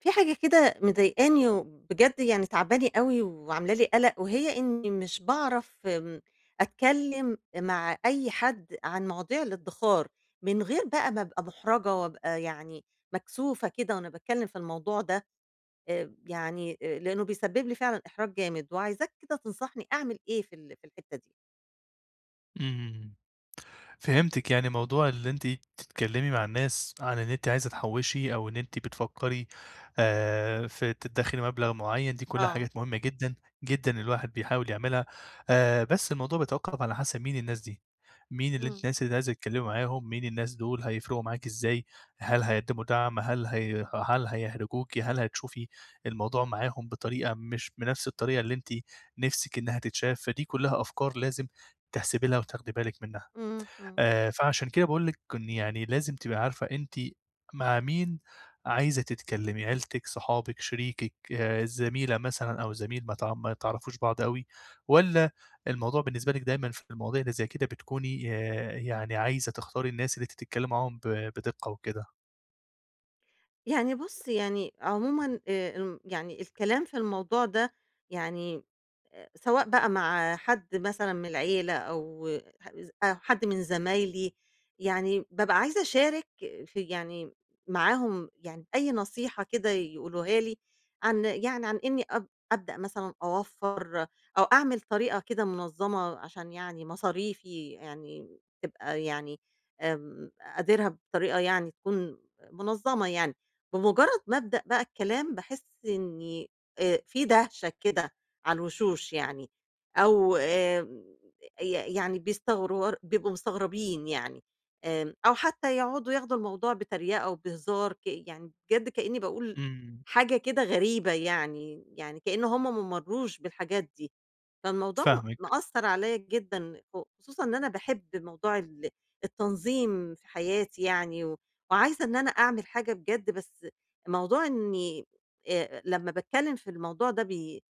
في حاجة كده مضايقاني وبجد يعني تعباني أوي وعاملة لي قلق، وهي إني مش باعرف أتكلم مع أي حد عن مواضيع الادخار، من غير بقى ما أبقى محرجة وأبقى يعني مكسوفة كده وأنا باتكلم في الموضوع ده، لأنه بيسبب لي فعلًا إحراج جامد، وعايزاك كده تنصحني أعمل إيه في الحتة دي؟ إمم. فهمتِك، يعني موضوع اللي أنتِ تتكلّمي مع الناس عن إن أنتِ عايزة تحوّشي أو إن أنتِ بتفكّري في تدّخري مبلغ معيّن، دي كلّها آه. حاجات مهمة جدًا، جدًا الواحد بيحاول يعملها، بس الموضوع بيتوقّف على حسب مين الناس دي، مين اللي انت إمم. الناس اللي عايزة تتكلّمي معاهم، مين الناس دول، هيفرقوا معاكِ إزاي، هل هيقدّموا دعم، هل هيحرجوكِ، هل هتشوفي الموضوع معاهم بطريقة مش بنفْس الطريقة اللي أنتِ نِفْسِك إنها تتشاف، فدي كلّها أفكار لازم تحسبي لها وتاخدي بالِك منها. إمم. إمم. فعشان كده باقول لِك إن يعني لازم تبقي عارفة أنتِ مع مين عايزة تتكلمي، عيلتِك، صحابِك، شريكِك، زميلة مثلًا أو زميل ما تعرفوش بعض أوي، والّا الموضوع بالنسبة لِك دايمًا في المواضيع اللي زي كده بتكوني يعني عايزة تختاري الناس اللي أنتِ تتكلمي معاهم بدقة وكده؟ يعني بُص يعني عمومًا، يعني الكلام في الموضوع ده يعني سواء بقى مع حد مثلًا من العيلة أو ح أو حد من زمايلي، يعني بابقى عايزة أشارك في يعني معاهم يعني أي نصيحة كده يقولوها لي عن إني أبدأ مثلًا أوفّر أو أعمل طريقة كده منظمة عشان يعني مصاريفي يعني تبقى يعني أديرها بطريقة يعني تكون منظمة يعني. بمجرد ما أبدأ بقى الكلام باحس إني في دهشة كده على الوشوش يعني، أو يعني بيستغربوا، بيبقوا مستغربين يعني، أو حتى يقعدوا ياخدوا الموضوع بتريقة وبهزار، يعني بجد كإني باقول إمم، حاجة كده غريبة يعني، يعني كإن هُم ما مرّوش بالحاجات دي. فالموضوع فاهمِك. مأثّر عليَّ جدًا، خصوصًا إن أنا باحب موضوع التنظيم في حياتي يعني، و وعايزة إن أنا أعمل حاجة بجد، بس موضوع إني لمّا باتكلّم في الموضوع ده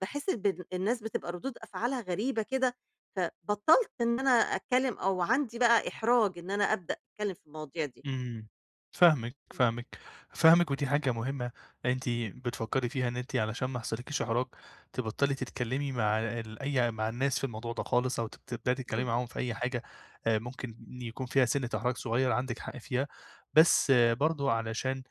باحس الناس بتبقى ردود أفعالها غريبة كده، فبطّلت إن أنا أتكلّم أو عندي بقى إحراج إن أنا أبدأ أتكلّم في المواضيع دي. إمم، فاهمِك، إمم. فاهمِك، فاهمِك ودي حاجة مهمة أنتِ بتفكّري فيها إن أنتِ علشان ما يحصلكيش إحراج تبطّلي تتكلّمي مع ال أي مع الناس في الموضوع ده خالص أو تبدئي تتكلّمي إمم. معاهم في أي حاجة ممكن يكون فيها سِنّة إحراج صغير عندِك حق فيها، بس برضه علشان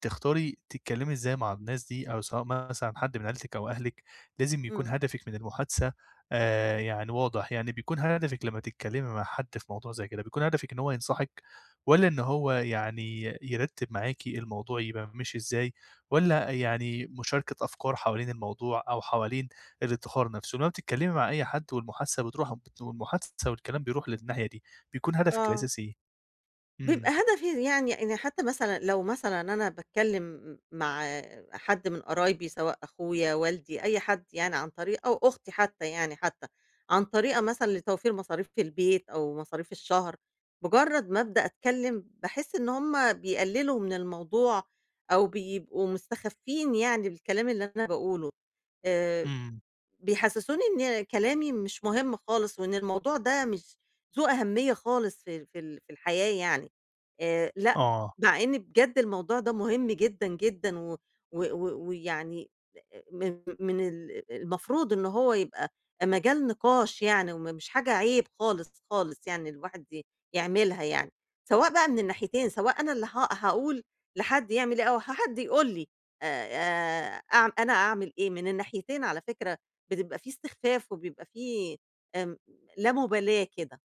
تختاري تتكلّمي إزاي مع الناس دي أو سواء مثلًا حد من عيلتِك أو أهلِك، لازم يكون إمم. هدفِك من المحادثة يعني واضح، يعني بيكون هدفِك لمّا تتكلّمي مع حد في موضوع زي كده، بيكون هدفِك إن هو ينصحِك والّا إن هو يعني يرتّب معاكِ الموضوع يبقى ماشي إزاي، والّا يعني مشاركة أفكار حوالين الموضوع أو حوالين الادّخار نفسه، لمّا بتتكلّمي مع أي حد والمحادثة بتروح بت والمحادثة والكلام بيروح للناحية دي، بيكون هدفِك آه. الأساسي إيه؟ بيبقى إمم، هدفي يعني إن حتى مثلًا لو مثلًا أنا باتكلّم مع حد من قرايبي سواء أخويا، والدي، أي حد يعني عن طريق أو أختي حتى، عن طريقة مثلًا لتوفير مصاريف البيت أو مصاريف الشهر، مجرّد ما أبدأ أتكلّم باحس إن هُم بيقلّلوا من الموضوع أو بيبقوا مستخفّين يعني بالكلام اللي أنا باقوله، آآ إمم، بيحسسوني إن كلامي مش مهم خالص، وإن الموضوع ده مش ذو أهمية خالص في الحياة يعني، لأ، آه. مع إن بجد الموضوع ده مهم جدًا، جدًا و و و ويعني من المفروض إن هو يبقى مجال نقاش يعني، مش حاجة عيب خالص، خالص، يعني الواحد يعملها يعني، سواء بقى من الناحيتين، سواء أنا اللي هاقول لحد يعمل إيه، أو حد يقول لي أع أنا أعمل إيه، من الناحيتين على فكرة بتبقى في استخفاف وبيبقى في آمم، لا مُبالاة كده.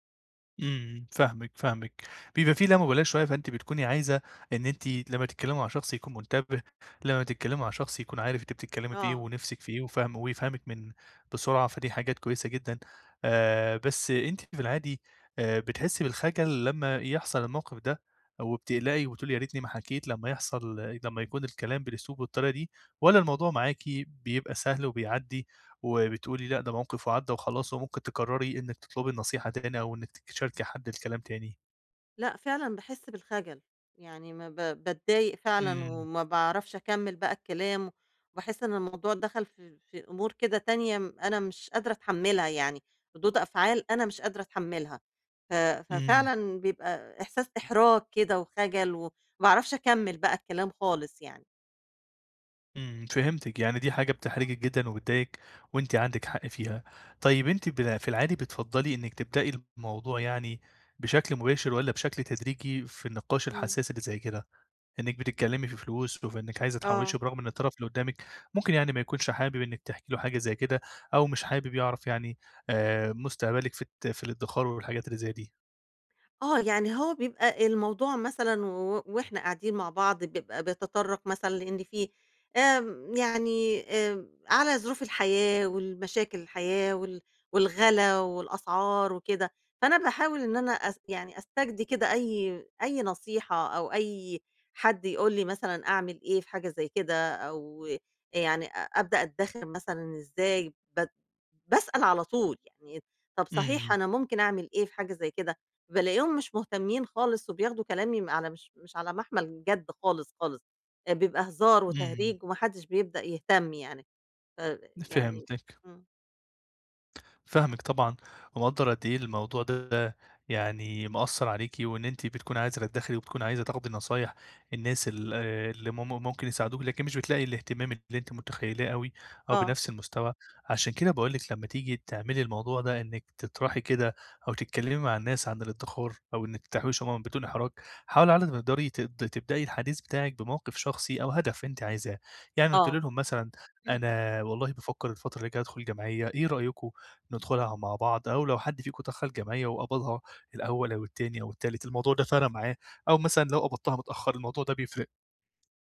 إمم، فاهمِك، فاهمِك. بيبقى في لامبالاة شوية، فأنتِ بتكوني عايزة إن أنتِ لمّا تتكلمي مع شخص يكون منتبه، لمّا تتكلمي مع شخص يكون عارف أنتِ بتتكلمي في إيه آه. ونِفسِك في إيه وفاهم ويفهمِك من بسرعة، فدي حاجات كويسة جدًا. بس أنتِ في العادي بتحسي بالخجل لمّا يحصل الموقف ده وبتقلقي وبتقولي يا ريتني ما حكيت لمّا يحصل لمّا يكون الكلام بالأسلوب والطريقة دي والّا الموضوع معاكِ بيبقى سهل وبيعدّي؟ وبتقولي لأ ده موقف وعدّى وخلاص، وممكن تقرّري إنِّك تطلبي النصيحة تاني أو إنِّك تشاركي حد الكلام تاني. لأ، فعلًا باحس بالخجل، يعني ما ب باتضايق فعلًا إمم، وما باعرفش أكمّل بقى الكلام، وباحس إن الموضوع دخل في أمور كده تانية، أنا مش قادرة أتحمّلها يعني، ردود أفعال أنا مش قادرة أتحمّلها، ف إمم، ففعلًا بيبقى إحساس إحراج كده وخجل، وما باعرفش أكمّل بقى الكلام خالص يعني. إمم، إمم. فهمتِك، يعني دي حاجة آه. بتحرجِك جدًا وبتضايقِك وأنتِ عندِك حق فيها. طيب أنتِ في العادي بتفضّلي إنِّك تبدئي الموضوع يعني بشكل مباشر والّا بشكل تدريجي في النقاش إمم. الحساس اللي زي كده؟ إنِّك بتتكلّمي في فلوس وفي إنِّك عايزة آه. تحوّشي برغم إن الطرف اللي قدّامِك ممكن يعني ما يكونش حابب إنِّك تحكي له حاجة زي كده أو مش حابب يعرف يعني مستقبلِك في الادّخار والحاجات اللي زي دي. آه، يعني هو بيبقى الموضوع مثلًا و وإحنا قاعدين مع بعض بيبقى بيتطرق مثلًا لإن في آمم، يعني آمم، على ظروف الحياة والمشاكل الحياة والغلا والأسعار وكده، فأنا باحاول إن أنا يعني أستجدي كده أي نصيحة أو أي حد يقول لي مثلًا أعمل إيه في حاجة زي كده، أو يعني أبدأ أدّخر مثلًا إزاي، ب باسأل على طول يعني، طب صحيح إمم، أنا ممكن أعمل إيه في حاجة زي كده؟ بالاقيهم مش مهتمين خالص وبياخدوا كلامي على مش مش على محمل جد خالص، خالص، بيبقى هزار إمم، وتهريج وما حدش بيبدأ يهتم يعني. ف يعني فهمتِك. إمم. آه. فاهمِك طبعًا، ومقدّر قد إيه الموضوع ده يعني مأثّر عليكِ، وإن أنتِ بتكوني عايزة تدخّلي وبتكوني عايزة تاخدي نصايح الناس ال اللي مم ممكن يساعدوكِ، لكن مش بتلاقي الاهتمام اللي أنتِ متخيّلاه أوي أو آه. بنفس المستوى، عشان كده باقول لِك لمّا تيجي تعملي الموضوع ده إنِّك تطرحي كده أو تتكلّمي مع الناس عن الادّخار أو إنِّك تحويشي عمومًا بدون إحراج، حاولي على قد ما تقدري تبدئي الحديث بتاعِك بموقِف شخصي أو هدف أنتِ عايزاه، يعني قُلتِ آه. لهم مثلًا أنا والله بافكّر الفترة اللي جاية أدخل جمعية، إيه رأيكم؟ ندخلها مع بعض، أو لو حد فيكم دخل جمعية وقبضها الأول أو التاني أو التالت، الموضوع ده فرق معاه، أو مثلًا لو قبضتها متأخر الموضوع ده بيفرق.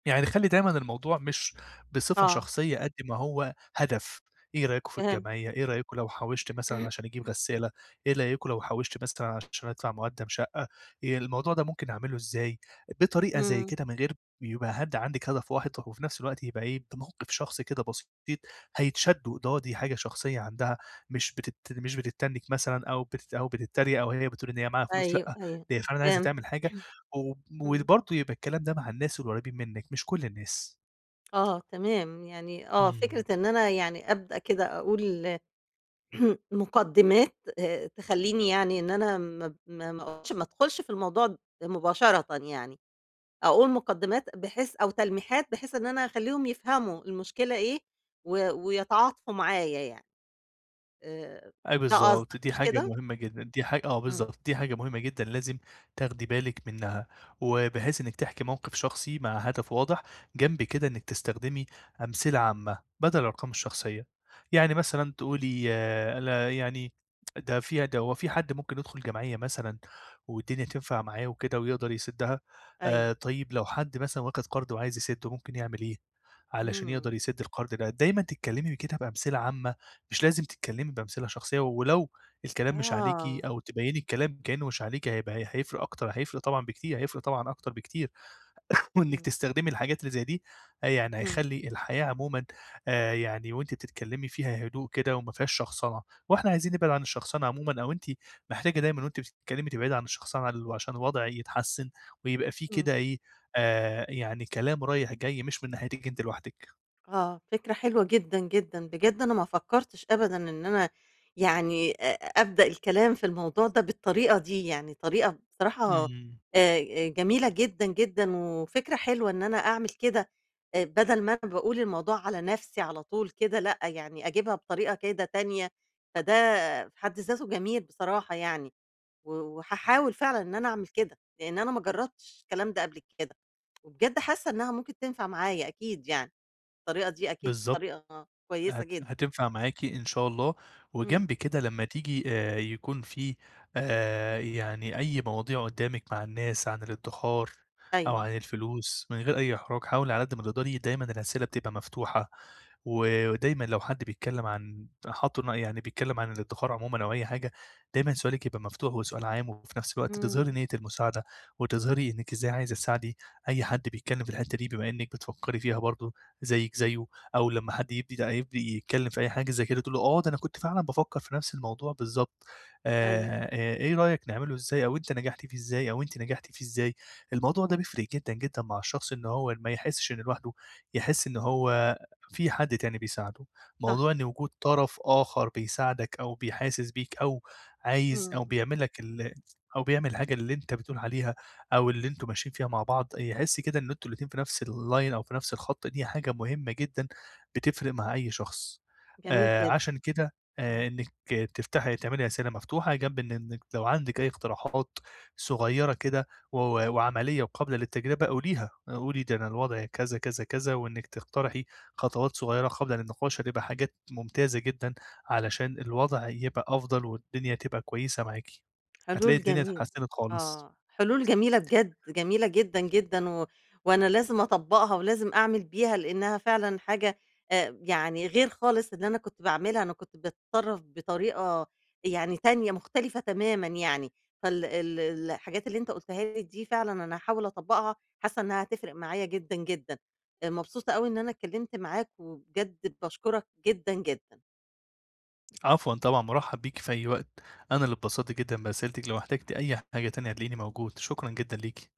يعني خلّي دايمًا الموضوع مش بصفة آه. شخصية قد ما هو هدف، إيه رأيكم في فهمت. الجمعية، إيه رأيكم لو حوّشت مثلًا عشان أجيب غسالة، إيه رأيكم لو حوّشت مثلًا عشان أدفع مقدّم شقة، الموضوع ده ممكن أعمله إزاي، بطريقة زي إمم. كده من غير يبقى عندِك هدف واحد وفي نفس الوقت يبقى إيه، بموقف شخصي كده بسيط هيتشدّوا، دي حاجة شخصية عندها مش بتتنِّك مثلًا أو بتتريق أو هي بتقول إن هي معاها فلوس أيوه. لأ، أيوه. دي هي فعلًا عايزة فهمت. تعمل حاجة إمم. وبرضه يبقى الكلام ده مع الناس القريبين منك مش كل الناس. آه. تمام. يعني آه، فكرة إمم. إن أنا يعني أبدأ كده أقول مقدمات تخلّيني يعني إن أنا ما ب ما ما أقولش، ما أدخلش في الموضوع مباشرةً يعني. أقول مقدمات، بحيث أو تلميحات بحيث إن أنا أخلّيهم يفهموا المشكلة إيه و ويتعاطفوا معايا يعني، آآ أي ده بالضبط، قصدك دي مش حاجة كده؟ مهمة جدًا، دي حاجة آه إمم. بالضبط، دي حاجة مهمة جدًا لازم تاخدي بالِك منها، وبحيث إنِّك تحكي موقف شخصي مع هدف واضح، جنب كده إنِّك تستخدمي أمثلة عامة بدل الأرقام الشخصية، يعني مثلًا تقولي أنا يعني ده في ده هو في حد ممكن يدخل جمعية مثلًا والدنيا تنفع معاه وكده ويقدر يسدّها، أيوه. طيب لو حد مثلًا واخد قرض وعايز يسدّه ممكن يعمل إيه علشان إمم. يقدر يسد القرض ده؟ دايمًا تتكلمي كده بأمثلة عامة مش لازم تتكلمي بأمثلة شخصية، ولو الكلام مش عليكِ آه. أو تبيّني الكلام كأنه مش عليكِ هيبقى هي هيفرق أكتر، هيفرق طبعًا بكتير، هيفرق طبعًا أكتر بكتير، وإنِّك إمم. تستخدمي الحاجات اللي زي دي يعني إمم. هيخلّي الحياة عمومًا يعني وأنتِ بتتكلمي فيها هدوء كده وما فيهاش شخصنة، وإحنا عايزين نبعد عن الشخصنة عمومًا أو أنتِ محتاجة دايمًا وأنتِ بتتكلمي تبعدي عن الشخصنة عشان الوضع يتحسّن ويبقى في إمم. كده إيه، يعني كلام رايح جاي مش من ناحيتِك أنتِ لوحدِك. آه، فكرة حلوة جدًا، جدًا، بجد أنا ما فكّرتش أبدًا إن أنا يعني أبدأ الكلام في الموضوع ده بالطريقة دي، يعني طريقة بصراحة إمم، جميلة جدًا، جدًا، وفكرة حلوة إن أنا أعمل كده، بدل ما أنا باقول الموضوع على نَفْسي على طول كده لأ، يعني أجيبها بطريقة كده تانية، فده في حد ذاته جميل بصراحة يعني، و وهاحاول فعلًا إن أنا أعمل كده، لإن أنا ما جرّبتش الكلام ده قبل كده، وبجد حاسة إنها ممكن تنفع معايا أكيد يعني. الطريقة دي أكيد بالضبط. طريقة كويسة جدًا. هتنفع معاكِ إن شاء الله، إمم. وجنب كده لمّا تيجي يكون في يعني أي مواضيع قدّامِك مع الناس عن الادّخار أو أيوه. عن الفلوس من غير أي إحراج، حاولي على قد ما تقدري دايمًا الأسئلة بتبقى مفتوحة، ودايمًا لو حد بيتكلم عن حاطه ن يعني بيتكلم عن الادّخار عمومًا أو أي حاجة، دايمًا سؤالِك يبقى مفتوح وسؤال عام، وفي نفس الوقت تظهري إمم. نية المساعدة، وتظهري إنِّك إزاي عايزة تساعدي أي حد بيتكلم في الحتّة دي بما إنِّك بتفكّري فيها برضه زيِّك زيه. او لما حد يبدأ يتكلم في أي حاجة زي كده تقول له آه، ده أنا كنت فعلًا بافكّر في نفس الموضوع بالضبط، أيوه، إيه رأيك نعمله إزاي أو أنت نجحت فيه إزاي أو أنتِ نجحتِ فيه إزاي؟ الموضوع ده بيفرق جدًا، جدًا مع الشخص إن هو ما يحسش إنه لوحده، يحس إن هو في حد تاني بيساعده. صح. موضوع إن وجود طرف آخر بيساعدك أو بيحاسس بيك أو عايز إمم. أو بيعمل الحاجة اللي أنت بتقول عليها أو اللي أنتم ماشيين فيها مع بعض، يحس كده إن أنتم الاتنين في نفس الline أو في نفس الخط، دي حاجة مهمة جدًا بتفرق مع أي شخص، جميل جدًا. عشان كده إمم. إنِّك تفتحي تعملي رسالة مفتوحة جنب إن إنِّك لو عندِك أي اقتراحات صغيّرة كده و وعملية وقابلة للتجربة قوليها، قولي ده أنا الوضع كذا، كذا، كذا، وإنِّك تقترحي خطوات صغيّرة قابلة للنقاش، هتبقى حاجات ممتازة جدًا علشان الوضع يبقى أفضل والدنيا تبقى كويسة معاكِ. هتلاقي حلول الدنيا جميلة. اتحسنت خالص. آه، حلول جميلة بجد، جميلة جدًا، جدًا و وأنا لازم أطبّقها ولازم أعمل بيها لإنها فعلًا حاجة يعني غير خالص اللي أنا كنت باعملها، أنا كنت باتصرّف بطريقة يعني تانية مختلفة تمامًا يعني، فال ال الحاجات اللي أنت قُلتها لي دي فعلًا أنا هاحاول أطبّقها، حاسة إنها هتفرق معايا جدًا، جدًا. مبسوطة أوي إن أنا اتكلّمت معاك وبجد باشكرك جدًا، جدًا. عفوًا طبعًا، مُرحّب بيكِ في أي وقت، أنا اللي اتبسطت جدًا برسايلتِك، لو احتجتِ أي حاجة تانية هتلاقيني موجود، شكرًا جدًا ليكِ.